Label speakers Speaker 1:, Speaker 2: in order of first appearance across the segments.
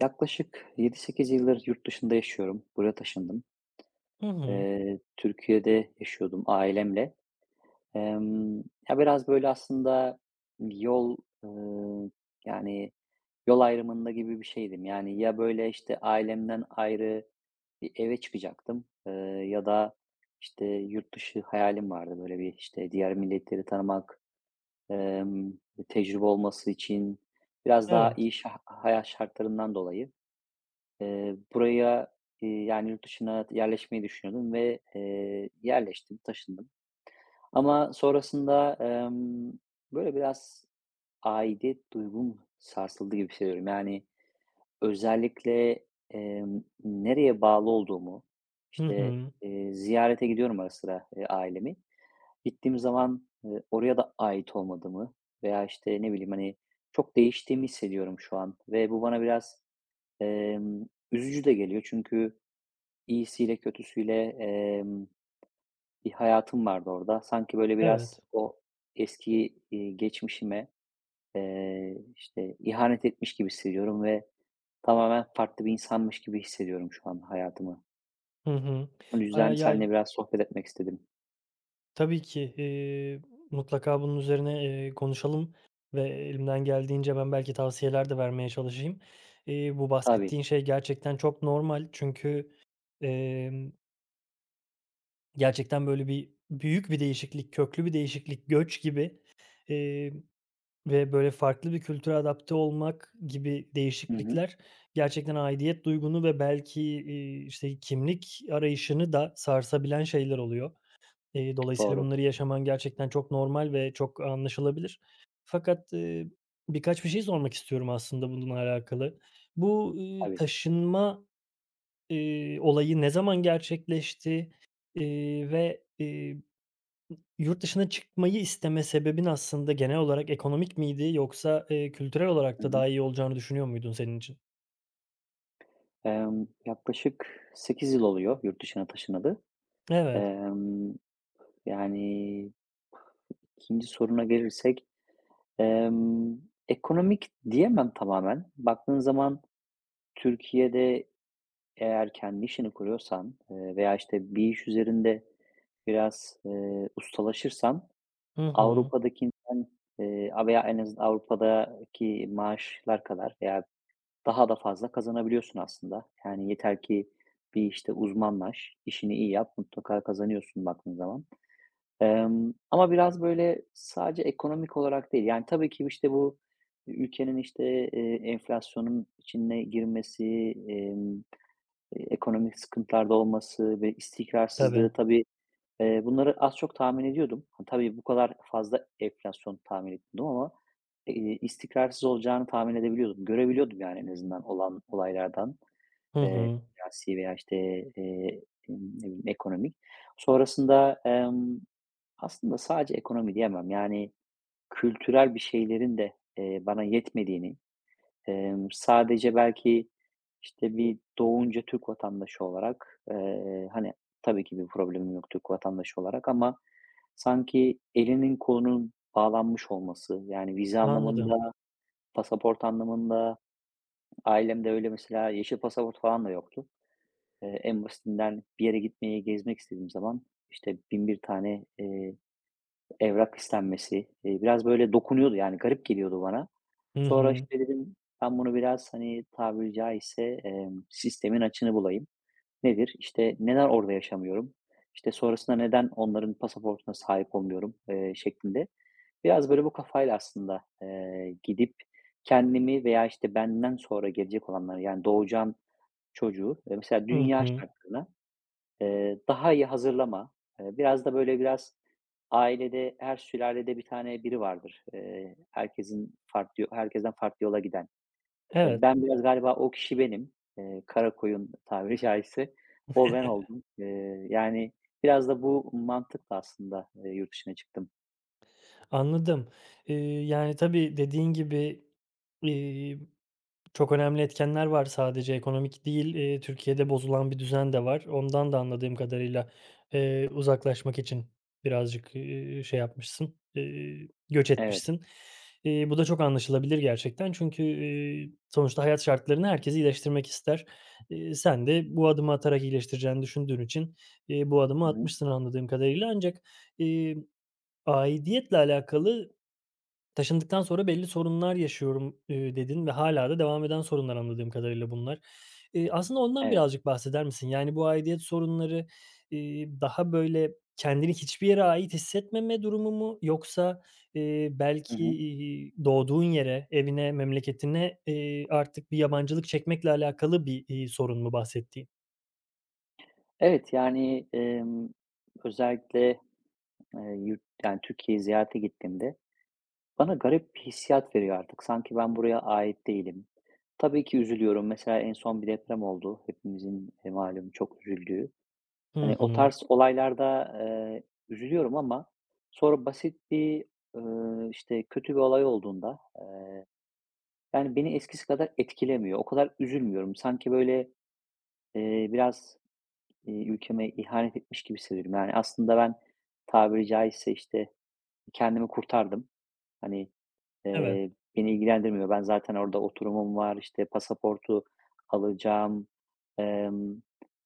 Speaker 1: Yaklaşık 7-8 yıldır yurt dışında yaşıyorum. Buraya taşındım.
Speaker 2: Hı hı.
Speaker 1: Türkiye'de yaşıyordum ailemle. Emm, ya, biraz, böyle, aslında yol, ııı, yani, yol ayrımında gibi bir şeydim. Yani, ya, böyle, işte, ailemden ayrı bir eve çıkacaktım, ya da, işte, yurt dışı hayalim vardı. Böyle bir, işte, diğer milletleri tanımak, emm, tecrübe olması için biraz daha
Speaker 2: Evet.
Speaker 1: iyi hayat şartlarından dolayı, buraya, yani, yurt dışına yerleşmeyi düşünüyordum ve, yerleştim, taşındım. Ama sonrasında, böyle, biraz aidiyet duygum sarsıldı gibi hissediyorum. Yani, özellikle, nereye bağlı olduğumu,
Speaker 2: Hı
Speaker 1: işte,
Speaker 2: hı.
Speaker 1: ziyarete gidiyorum ara sıra, ailemi. Gittiğim zaman, oraya da ait olmadığımı veya, işte, ne bileyim, hani, çok değiştiğimi hissediyorum şu an ve bu bana biraz, emm, üzücü de geliyor çünkü, İyisiyle kötüsüyle, bir hayatım vardı orada. Sanki böyle biraz
Speaker 2: Evet.
Speaker 1: o eski, geçmişime, işte, ihanet etmiş gibi hissediyorum ve tamamen farklı bir insanmış gibi hissediyorum şu an hayatımı.
Speaker 2: Hı hı.
Speaker 1: O
Speaker 2: Eee,
Speaker 1: yüzden
Speaker 2: ya,
Speaker 1: seninle biraz sohbet etmek istedim.
Speaker 2: tabii ki, mutlaka bunun üzerine, konuşalım ve elimden geldiğince ben belki tavsiyeler de vermeye çalışayım. Bu
Speaker 1: Tabii.
Speaker 2: bahsettiğin şey gerçekten çok normal çünkü, emm, gerçekten böyle bir büyük bir değişiklik, köklü bir değişiklik, göç gibi, emm Ve böyle farklı bir kültüre adapte olmak gibi
Speaker 1: Hı hı.
Speaker 2: değişiklikler gerçekten aidiyet duygunu ve belki, işte, kimlik arayışını da sarsabilen şeyler oluyor. Dolayısıyla
Speaker 1: Doğru.
Speaker 2: bunları yaşaman gerçekten çok normal ve çok anlaşılabilir. Fakat, birkaç bir şey sormak istiyorum aslında bununla alakalı. Bu
Speaker 1: Tabii.
Speaker 2: taşınma olayı ne zaman gerçekleşti ve yurt dışına çıkmayı isteme sebebin aslında genel olarak ekonomik miydi yoksa, kültürel olarak
Speaker 1: Hı
Speaker 2: da
Speaker 1: hı.
Speaker 2: daha iyi olacağını düşünüyor muydun senin için?
Speaker 1: Yaklaşık 8 yıl oluyor yurt dışına taşınalı.
Speaker 2: Evet.
Speaker 1: Emm, yani, ikinci soruna gelirsek Emm, ekonomik diyemem tamamen. Baktığın zaman Türkiye'de eğer kendi işini kuruyorsan, veya, işte, bir iş üzerinde biraz, ustalaşırsan
Speaker 2: Hı hı.
Speaker 1: Avrupa'dakinden, veya en azından Avrupa'daki maaşlar kadar veya daha da fazla kazanabiliyorsun aslında. Yani yeter ki bir işte uzmanlaş, işini iyi yap, mutlaka kazanıyorsun baktığın zaman. Ama biraz böyle sadece ekonomik olarak değil, yani, tabii ki, işte, bu ülkenin, işte, enflasyonun içine girmesi, emm, ekonomik sıkıntılarda olması ve
Speaker 2: Tabii.
Speaker 1: istikrarsızlığı tabii, bunları az çok tahmin ediyordum. Ha, tabii bu kadar fazla enflasyon tahmin etmiyordum ama, istikrarsız olacağını tahmin edebiliyordum. Görebiliyordum, yani, en azından olan olaylardan,
Speaker 2: Hı
Speaker 1: eee,
Speaker 2: hı.
Speaker 1: siyasi veya, işte, eee, ne bileyim, ekonomik. Sonrasında, aslında sadece ekonomi diyemem. Yani kültürel bir şeylerin de, bana yetmediğini, sadece belki, işte, bir doğunca Türk vatandaşı olarak, hani, tabii ki bir problemim yok Türk vatandaşı olarak ama sanki elinin kolunun bağlanmış olması, yani vize
Speaker 2: Anladım.
Speaker 1: anlamında, pasaport anlamında, ailemde öyle mesela yeşil pasaport falan da yoktu. En basitinden bir yere gitmeye, gezmek istediğim zaman, işte, 1001 tane, evrak istenmesi, biraz böyle dokunuyordu yani garip geliyordu bana.
Speaker 2: Hı
Speaker 1: Sonra,
Speaker 2: hı.
Speaker 1: işte, dedim ben bunu biraz, hani, tabiri caizse, sistemin açığını bulayım. Nedir? İşte, neden orada yaşamıyorum? İşte, sonrasında neden onların pasaportuna sahip olmuyorum, şeklinde. Biraz böyle bu kafayla aslında, gidip kendimi veya, işte, benden sonra gelecek olanları yani doğacağım çocuğu, mesela
Speaker 2: Hı
Speaker 1: dünya
Speaker 2: hı.
Speaker 1: şartlarına daha iyi hazırlama, biraz da böyle biraz ailede, her sülalede bir tane biri vardır. Herkesin farklı herkesten farklı yola giden.
Speaker 2: Evet,
Speaker 1: Ben biraz galiba o kişi benim. Kara koyun tabiri caizse. O ben oldum. Yani biraz da bu mantıkla aslında, yurt dışına çıktım.
Speaker 2: anladım. Eee, yani, tabii dediğin gibi, eee Çok önemli etkenler var sadece ekonomik değil, Türkiye'de bozulan bir düzen de var. Ondan da anladığım kadarıyla, uzaklaşmak için birazcık, şey yapmışsın, göç
Speaker 1: Evet.
Speaker 2: etmişsin. Bu da çok anlaşılabilir gerçekten çünkü, sonuçta hayat şartlarını herkes iyileştirmek ister. Sen de bu adımı atarak iyileştireceğini düşündüğün için, bu adımı
Speaker 1: Hı hı.
Speaker 2: atmışsın anladığım kadarıyla ancak, eee, aidiyetle alakalı taşındıktan sonra belli sorunlar yaşıyorum, dedin ve hala da devam eden sorunlar anladığım kadarıyla bunlar. Aslında ondan
Speaker 1: Evet.
Speaker 2: birazcık bahseder misin? Yani bu aidiyet sorunları, daha böyle kendini hiçbir yere ait hissetmeme durumu mu yoksa,
Speaker 1: Hı
Speaker 2: belki,
Speaker 1: hı.
Speaker 2: doğduğun yere, evine, memleketine, artık bir yabancılık çekmekle alakalı bir sorun mu bahsettiğin?
Speaker 1: Evet, yani, özellikle, yani Türkiye'yi ziyarete gittiğimde bana garip bir hissiyat veriyor artık. Sanki ben buraya ait değilim. Tabii ki üzülüyorum. Mesela en son bir deprem oldu. Hepimizin malum çok üzüldüğü.
Speaker 2: Hı
Speaker 1: Hani o
Speaker 2: hı.
Speaker 1: tarz olaylarda üzülüyorum ama sonra basit bir e, işte kötü bir olay olduğunda yani beni eskisi kadar etkilemiyor. O kadar üzülmüyorum. Sanki böyle e, biraz ülkeme ihanet etmiş gibi hissediyorum. Yani aslında ben tabiri caizse işte kendimi kurtardım. Hani,
Speaker 2: Evet.
Speaker 1: Eee, beni ilgilendirmiyor. Ben zaten orada oturumum var, işte, pasaportu alacağım, emm,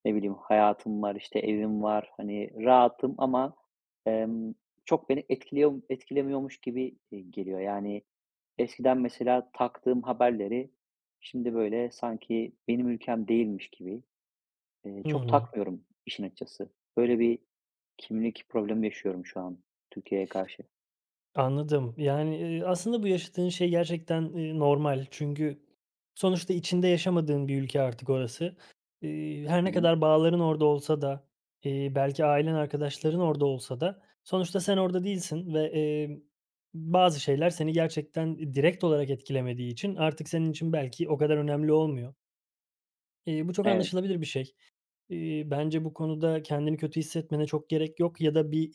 Speaker 1: ne bileyim, hayatım var, işte, evim var. Hani, rahatım ama, emm, çok beni etkiliyor etkilemiyormuş gibi, geliyor. Yani, eskiden mesela taktığım haberleri şimdi, böyle, sanki benim ülkem değilmiş gibi,
Speaker 2: Hı
Speaker 1: çok
Speaker 2: hı.
Speaker 1: takmıyorum işin açıkçası. Böyle bir kimlik problemi yaşıyorum şu an Türkiye'ye karşı.
Speaker 2: Anladım. Yani, aslında bu yaşadığın şey gerçekten, normal. Çünkü sonuçta içinde yaşamadığın bir ülke artık orası. Her
Speaker 1: Hı
Speaker 2: ne
Speaker 1: hı.
Speaker 2: kadar bağların orada olsa da, belki ailen, arkadaşların orada olsa da sonuçta sen orada değilsin ve bazı şeyler seni gerçekten direkt olarak etkilemediği için artık senin için belki o kadar önemli olmuyor. Bu çok
Speaker 1: Evet.
Speaker 2: anlaşılabilir bir şey. Bence bu konuda kendini kötü hissetmene çok gerek yok ya da bir,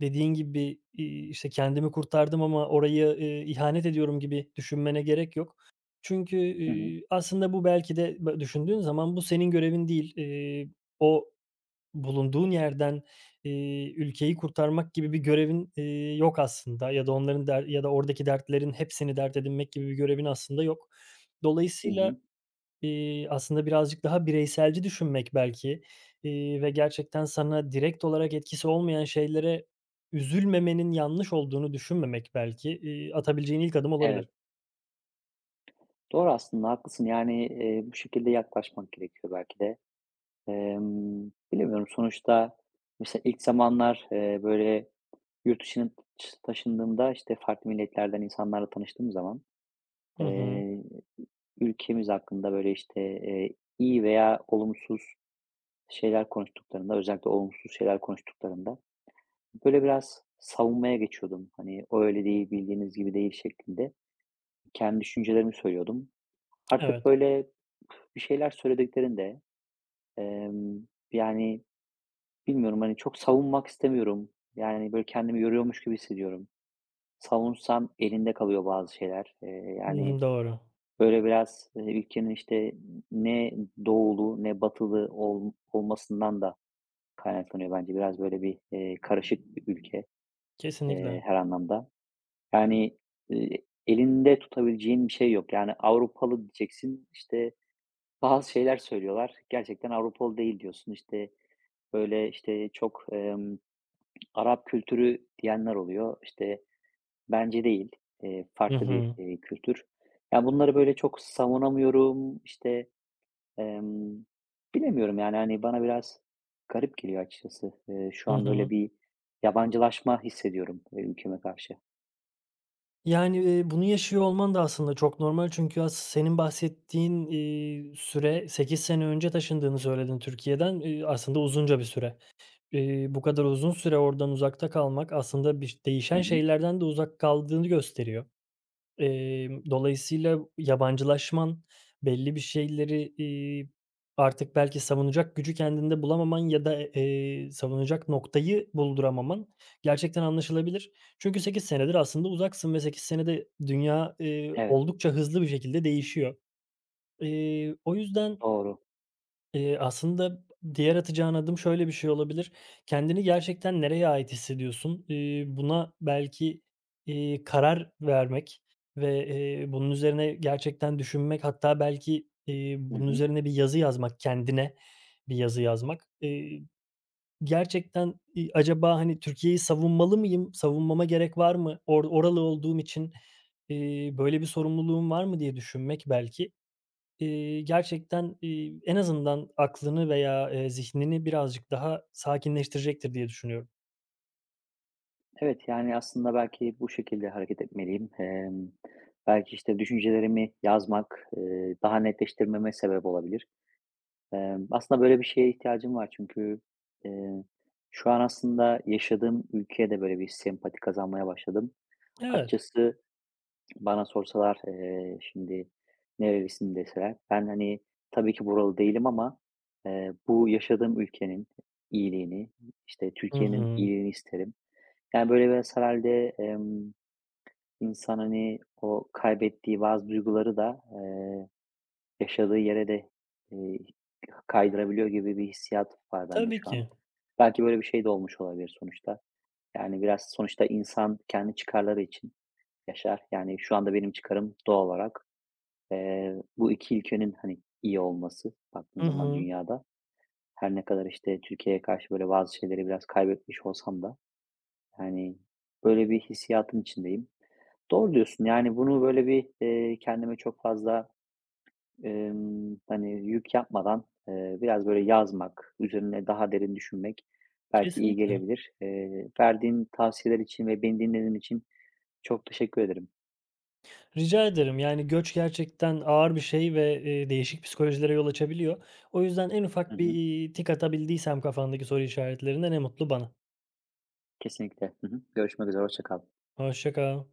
Speaker 2: dediğin gibi, işte, kendimi kurtardım ama orayı, ihanet ediyorum gibi düşünmene gerek yok. Çünkü,
Speaker 1: Hı hı.
Speaker 2: aslında bu belki de düşündüğün zaman bu senin görevin değil. O bulunduğun yerden, ülkeyi kurtarmak gibi bir görevin, yok aslında ya da oradaki dertlerin hepsini dert edinmek gibi bir görevin aslında yok.
Speaker 1: Hı
Speaker 2: Dolayısıyla,
Speaker 1: hı.
Speaker 2: İii, aslında birazcık daha bireyselci düşünmek belki ve gerçekten sana direkt olarak etkisi olmayan şeylere üzülmemenin yanlış olduğunu düşünmemek belki atabileceğin ilk adım olabilir.
Speaker 1: Evet. Doğru aslında, haklısın. Yani, bu şekilde yaklaşmak gerekiyor belki de. Bilemiyorum sonuçta mesela ilk zamanlar, böyle yurt dışına taşındığımda, işte, farklı milletlerden insanlarla tanıştığım zaman,
Speaker 2: Hı hı.
Speaker 1: eee, ülkemiz hakkında böyle, işte, iyi veya olumsuz şeyler konuştuklarında, özellikle olumsuz şeyler konuştuklarında böyle biraz savunmaya geçiyordum. Hani, "O öyle değil, bildiğiniz gibi değil." şeklinde kendi düşüncelerimi söylüyordum. Artık
Speaker 2: Evet.
Speaker 1: böyle bir şeyler söylediklerinde, Emm, yani, bilmiyorum, hani, çok savunmak istemiyorum. Yani, böyle, kendimi yoruyormuş gibi hissediyorum. Savunsam elinde kalıyor bazı şeyler.
Speaker 2: Hı
Speaker 1: Yani,
Speaker 2: hı, doğru.
Speaker 1: böyle, biraz, ülkenin, işte, ne doğulu ne batılı olmasından da kaynaklanıyor bence. Biraz, böyle, bir, karışık bir ülke,
Speaker 2: Kesinlikle.
Speaker 1: her anlamda. Yani, elinde tutabileceğin bir şey yok. Yani, Avrupalı diyeceksin, işte, bazı şeyler söylüyorlar. Gerçekten Avrupalı değil diyorsun. İşte, böyle, işte, çok, Arap kültürü diyenler oluyor. İşte bence değil,
Speaker 2: Hı
Speaker 1: farklı bir,
Speaker 2: hı.
Speaker 1: kültür. Ya, bunları böyle çok savunamıyorum. İşte, emm, bilemiyorum yani, hani, bana biraz garip geliyor açıkçası. Şu
Speaker 2: Hı
Speaker 1: an
Speaker 2: hı.
Speaker 1: böyle bir yabancılaşma hissediyorum, ülkeme karşı.
Speaker 2: Yani, bunu yaşıyor olman da aslında çok normal çünkü senin bahsettiğin süre 8 sene önce taşındığını söyledin Türkiye'den. Aslında uzunca bir süre. Bu kadar uzun süre oradan uzakta kalmak aslında
Speaker 1: Hı
Speaker 2: değişen
Speaker 1: hı.
Speaker 2: şeylerden de uzak kaldığını gösteriyor. Dolayısıyla yabancılaşman, belli bir şeyleri, artık belki savunacak gücü kendinde bulamaman ya da, savunacak noktayı bulduramaman gerçekten anlaşılabilir. Çünkü 8 senedir aslında uzaksın ve 8 senede dünya,
Speaker 1: Evet,
Speaker 2: oldukça hızlı bir şekilde değişiyor. O yüzden,
Speaker 1: doğru.
Speaker 2: aslında diğer atacağın adım şöyle bir şey olabilir. Kendini gerçekten nereye ait hissediyorsun? Buna belki, karar vermek ve, bunun üzerine gerçekten düşünmek hatta belki,
Speaker 1: Hı
Speaker 2: bunun
Speaker 1: hı.
Speaker 2: üzerine bir yazı yazmak, kendine bir yazı yazmak. Gerçekten, acaba, hani, Türkiye'yi savunmalı mıyım, savunmama gerek var mı, oralı olduğum için, böyle bir sorumluluğum var mı diye düşünmek belki, gerçekten, en azından aklını veya, zihnini birazcık daha sakinleştirecektir diye düşünüyorum.
Speaker 1: Evet, yani, aslında belki bu şekilde hareket etmeliyim. Belki, işte, düşüncelerimi yazmak, daha netleştirmeme sebep olabilir. Aslında böyle bir şeye ihtiyacım var çünkü, eee, şu an aslında yaşadığım ülkeye de böyle bir sempati kazanmaya başladım.
Speaker 2: Evet.
Speaker 1: Açıkçası bana sorsalar, şimdi "Nerelisin?" deseler ben, hani, tabii ki buralı değilim ama, bu yaşadığım ülkenin iyiliğini, işte,
Speaker 2: Hı
Speaker 1: Türkiye'nin
Speaker 2: hı.
Speaker 1: iyiliğini isterim. Yani, böyle biraz herhâlde, insan, hani, o kaybettiği bazı duyguları da, yaşadığı yere de, eee, kaydırabiliyor gibi bir hissiyat var bende
Speaker 2: Tabii
Speaker 1: şu an.
Speaker 2: ki.
Speaker 1: Belki böyle bir şey de olmuş olabilir sonuçta. Yani biraz sonuçta insan kendi çıkarları için yaşar. Yani şu anda benim çıkarım doğal olarak, bu 2 ülkenin, hani, iyi olması baktığın
Speaker 2: Hı
Speaker 1: zaman
Speaker 2: hı.
Speaker 1: dünyada. Her ne kadar, işte, Türkiye'ye karşı böyle bazı şeyleri biraz kaybetmiş olsam da, yani, böyle bir hissiyatın içindeyim. Doğru diyorsun, yani, bunu böyle bir, kendime çok fazla hani, yük yapmadan, biraz böyle yazmak, üzerine daha derin düşünmek belki iyi
Speaker 2: Kesinlikle.
Speaker 1: gelebilir. Verdiğin tavsiyeler için ve beni dinlediğin için çok teşekkür ederim.
Speaker 2: Rica ederim. Yani, göç gerçekten ağır bir şey ve, değişik psikolojilere yol açabiliyor. O yüzden en
Speaker 1: Hı
Speaker 2: ufak bir,
Speaker 1: hı.
Speaker 2: iii, tik atabildiysem kafandaki soru işaretlerine ne mutlu bana.
Speaker 1: Kesinlikle. Hı hı. Görüşmek üzere, hoşça kal.
Speaker 2: Hoşça kal.